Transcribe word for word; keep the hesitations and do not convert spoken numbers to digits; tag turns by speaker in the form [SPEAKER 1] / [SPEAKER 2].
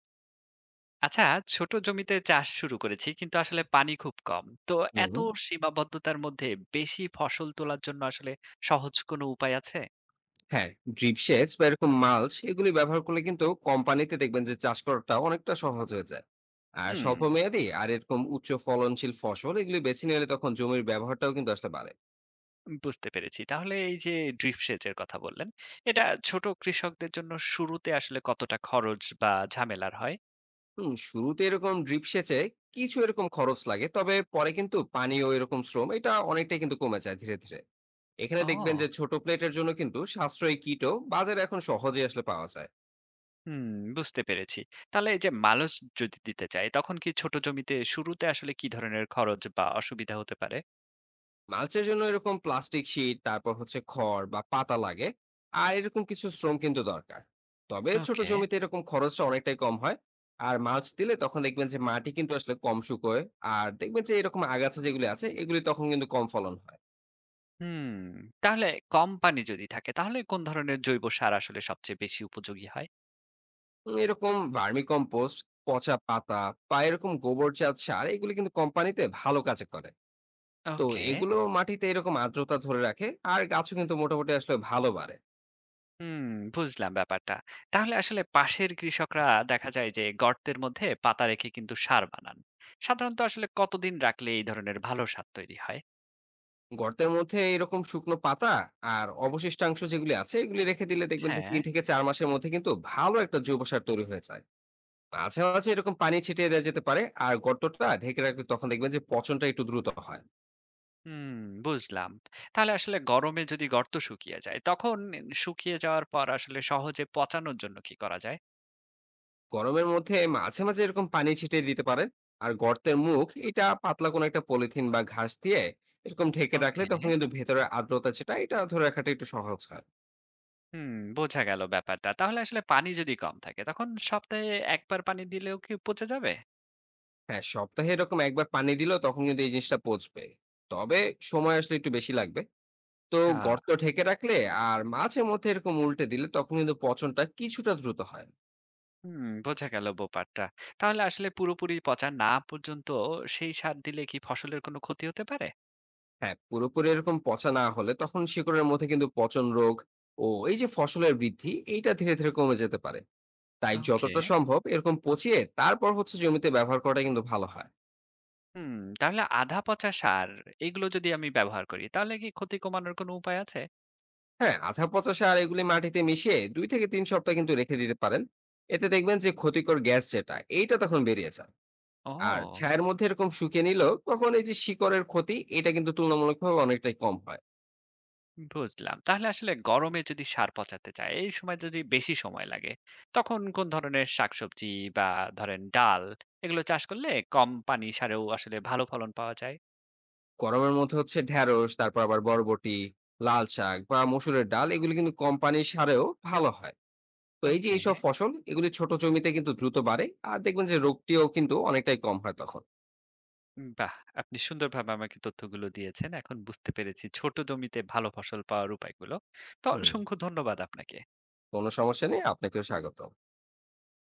[SPEAKER 1] আচ্ছা। ছোট জমিতে চাষ শুরু করেছি, কিন্তু আসলে পানি খুব কম। তো এত
[SPEAKER 2] হুম,
[SPEAKER 1] সীমাবদ্ধতার মধ্যে বেশি ফসল তোলার জন্য আসলে সহজ কোনো উপায় আছে?
[SPEAKER 2] হ্যাঁ, ড্রিপ সেচ বা এরকম মাল্চ এগুলি ব্যবহার করলে কিন্তু কম পানিতে দেখবেন যে চাষ করাটা অনেকটা সহজ হয়ে যায়। আর
[SPEAKER 1] হুম,
[SPEAKER 2] স্বল্প মেয়াদি আর এরকম উচ্চ ফলনশীল ফসল এগুলি বেছে নিলে তখন জমির ব্যবহারটাও কিন্তু আসলে বাড়ে।
[SPEAKER 1] বুঝতে পেরেছি। তাহলে এই যে ড্রিপ সেচের কথা বললেন, এটা ছোট কৃষকদের জন্য শুরুতে আসলে কতটা খরচ বা ঝামেলার হয়?
[SPEAKER 2] হুম, শুরুতে এরকম ড্রিপ সেচে কিছু এরকম খরচ লাগে। তবে পরে কিন্তু পানি ও এরকম শ্রম এটা অনেকটাই কিন্তু কমে যায় ধীরে, ধীরে। এখানে দেখবেন
[SPEAKER 1] ও,
[SPEAKER 2] যে ছোট প্লেটের জন্য কিন্তু সাশ্রয়ী কিটও বাজারে এখন সহজেই আসলে পাওয়া যায়।
[SPEAKER 1] হুম, বুঝতে পেরেছি। তাহলে এই যে মালচ যদি দিতে চাই, তখন কি ছোট জমিতে শুরুতে আসলে কি ধরনের খরচ বা অসুবিধা হতে পারে?
[SPEAKER 2] মালচের জন্য এরকম প্লাস্টিক শিট তারপর হচ্ছে খড় বা পাতা লাগে আর এরকম কিছু শ্রম কিন্তু দরকার। তবে ছোট
[SPEAKER 1] ওকে।
[SPEAKER 2] জমিতে এরকম খরচটা অনেকটাই কম হয়। আর মাছ দিলে তখন দেখবেন যে মাটি কিন্তু আসলে কম শুকোয়। আর দেখবেন যে এরকম আগাছা যেগুলি আছে এগুলি তখন কিন্তু কম ফলন হয়।
[SPEAKER 1] হুম, তাহলে কম পানি যদি থাকে তাহলে কোন ধরনের জৈব সার আসলে সবচেয়ে বেশি উপযোগী হয়?
[SPEAKER 2] উম, এরকম ভার্মি কম্পোস্ট, পচা পাতা বা এরকম গোবর জাত সার এগুলি কিন্তু কোম্পানিতে ভালো কাজে করে। তো
[SPEAKER 1] ওকে।
[SPEAKER 2] এগুলো মাটিতে এরকম আর্দ্রতা ধরে রাখে আর গাছও কিন্তু মোটামুটি আসলে ভালো বাড়ে।
[SPEAKER 1] হুম, বুঝলাম ব্যাপারটা। তাহলে আসলে পাশের কৃষকরা দেখা যায় যে গর্তের মধ্যে পাতা রেখে কিন্তু সার বানান। সাধারণত আসলে কতদিন রাখলে এই ধরনের ভালো সার তৈরি হয়?
[SPEAKER 2] গর্তের মধ্যে এরকম শুকনো পাতা আর অবশিষ্টাংশ যেগুলি আছে এগুলি রেখে দিলে দেখবেন যে
[SPEAKER 1] হ্যাঁ।
[SPEAKER 2] তিন থেকে চার মাসের মধ্যে কিন্তু ভালো একটা জৈব সার তৈরি হয়ে যায়। মাঝে, মাঝে এরকম পানি ছিটিয়ে দেওয়া যেতে পারে আর গর্তটা ঢেকে রাখলে তখন দেখবেন যে পচনটা একটু দ্রুত হয়।
[SPEAKER 1] হুম, বুঝলাম। তাহলে আসলে গরমে যদি গর্ত শুকিয়ে যায়, তখন শুকিয়ে যাওয়ার পর আসলে সহজে পচানোর জন্য কি করা যায়?
[SPEAKER 2] গরমের মধ্যে মাঝে, মাঝে এরকম পানি ছিটিয়ে দিতে পারে আর গর্তের মুখ এটা পাতলা কোনো একটা পলিথিন বা ঘাস দিয়ে এরকম ঢেকে রাখলে
[SPEAKER 1] ওকে।
[SPEAKER 2] তখন কিন্তু ভেতরের আর্দ্রতা যেটা এটা ধরে রাখাটা একটু সহজ হয়।
[SPEAKER 1] হুম, বোঝা গেল ব্যাপারটা। তাহলে আসলে পানি যদি কম থাকে তখন সপ্তাহে এক বার পানি দিলেও কি পচে যাবে?
[SPEAKER 2] হ্যাঁ, সপ্তাহে এরকম একবার পানি দিলেও তখন কিন্তু এই জিনিসটা পচবে। তবে সময় আসলে একটু বেশি লাগবে। তো
[SPEAKER 1] হ্যাঁ।
[SPEAKER 2] গর্ত ঢেকে রাখলে আর মাঝে মধ্যে এরকম উল্টে দিলে তখন কিন্তু পচনটা কিছুটা দ্রুত হয়।
[SPEAKER 1] হুম, বোঝা গেল ব্যাপারটা। তাহলে আসলে পুরোপুরি পচা না পর্যন্ত সেই সার দিলে কি ফসলের কোনো ক্ষতি হতে পারে?
[SPEAKER 2] হ্যাঁ, পুরোপুরি এরকম পচা না হলে তখন শিকড়ের মধ্যে কিন্তু পচন রোগ ও এই যে ফসলের বৃদ্ধি এইটা ধীরে ধীরে কমে যেতে পারে। তাই
[SPEAKER 1] ওকে।
[SPEAKER 2] যতটা সম্ভব এরকম পচিয়ে তারপর হচ্ছে জমিতে ব্যবহার করাটা কিন্তু ভালো হয়।
[SPEAKER 1] হুম, তাহলে আধা পচা সার এগুলো যদি আমি ব্যবহার করি তাহলে কি ক্ষতি কমানোর কোনো উপায় আছে?
[SPEAKER 2] হ্যাঁ, আধা পচা সার এগুলি মাটিতে মিশিয়ে দুই থেকে তিন সপ্তাহ কিন্তু রেখে দিতে পারেন। এতে দেখবেন যে ক্ষতিকর গ্যাস যেটা এইটা তখন বেরিয়ে যায়।
[SPEAKER 1] ও,
[SPEAKER 2] আর ছায়ের মধ্যে এরকম শুকিয়ে নিলেও তখন এই যে শিকড়ের ক্ষতি এটা কিন্তু তুলনামূলকভাবে অনেকটাই কম হয়।
[SPEAKER 1] বুঝলাম। তাহলে আসলে গরমে যদি সার পচাতে চায়, এই সময় যদি বেশি সময় লাগে, তখন কোন ধরনের শাকসবজি বা ধরেন ডাল এগুলো চাষ করলে কম পানি সারেও আসলে ভালো ফলন পাওয়া যায়?
[SPEAKER 2] গরমের মধ্যে হচ্ছে ঢেঁড়স, তারপর আবার বরবটি, লাল শাক বা মসুরের ডাল এগুলো কিন্তু কম পানির সারেও ভালো হয়। তো এই যে
[SPEAKER 1] ওকে।
[SPEAKER 2] এইসব ফসল এগুলি ছোট জমিতে কিন্তু দ্রুত বাড়ে আর দেখবেন যে রোগটিও কিন্তু অনেকটাই কম হয় তখন।
[SPEAKER 1] বাহ! আপনি সুন্দরভাবে আমাকে তথ্যগুলো দিয়েছেন। এখন বুঝতে পেরেছি ছোট জমিতে ভালো ফসল পাওয়ার উপায়গুলো। তো
[SPEAKER 2] হুম,
[SPEAKER 1] অসংখ্য ধন্যবাদ আপনাকে।
[SPEAKER 2] কোনো সমস্যা নেই। আপনাকেও স্বাগত।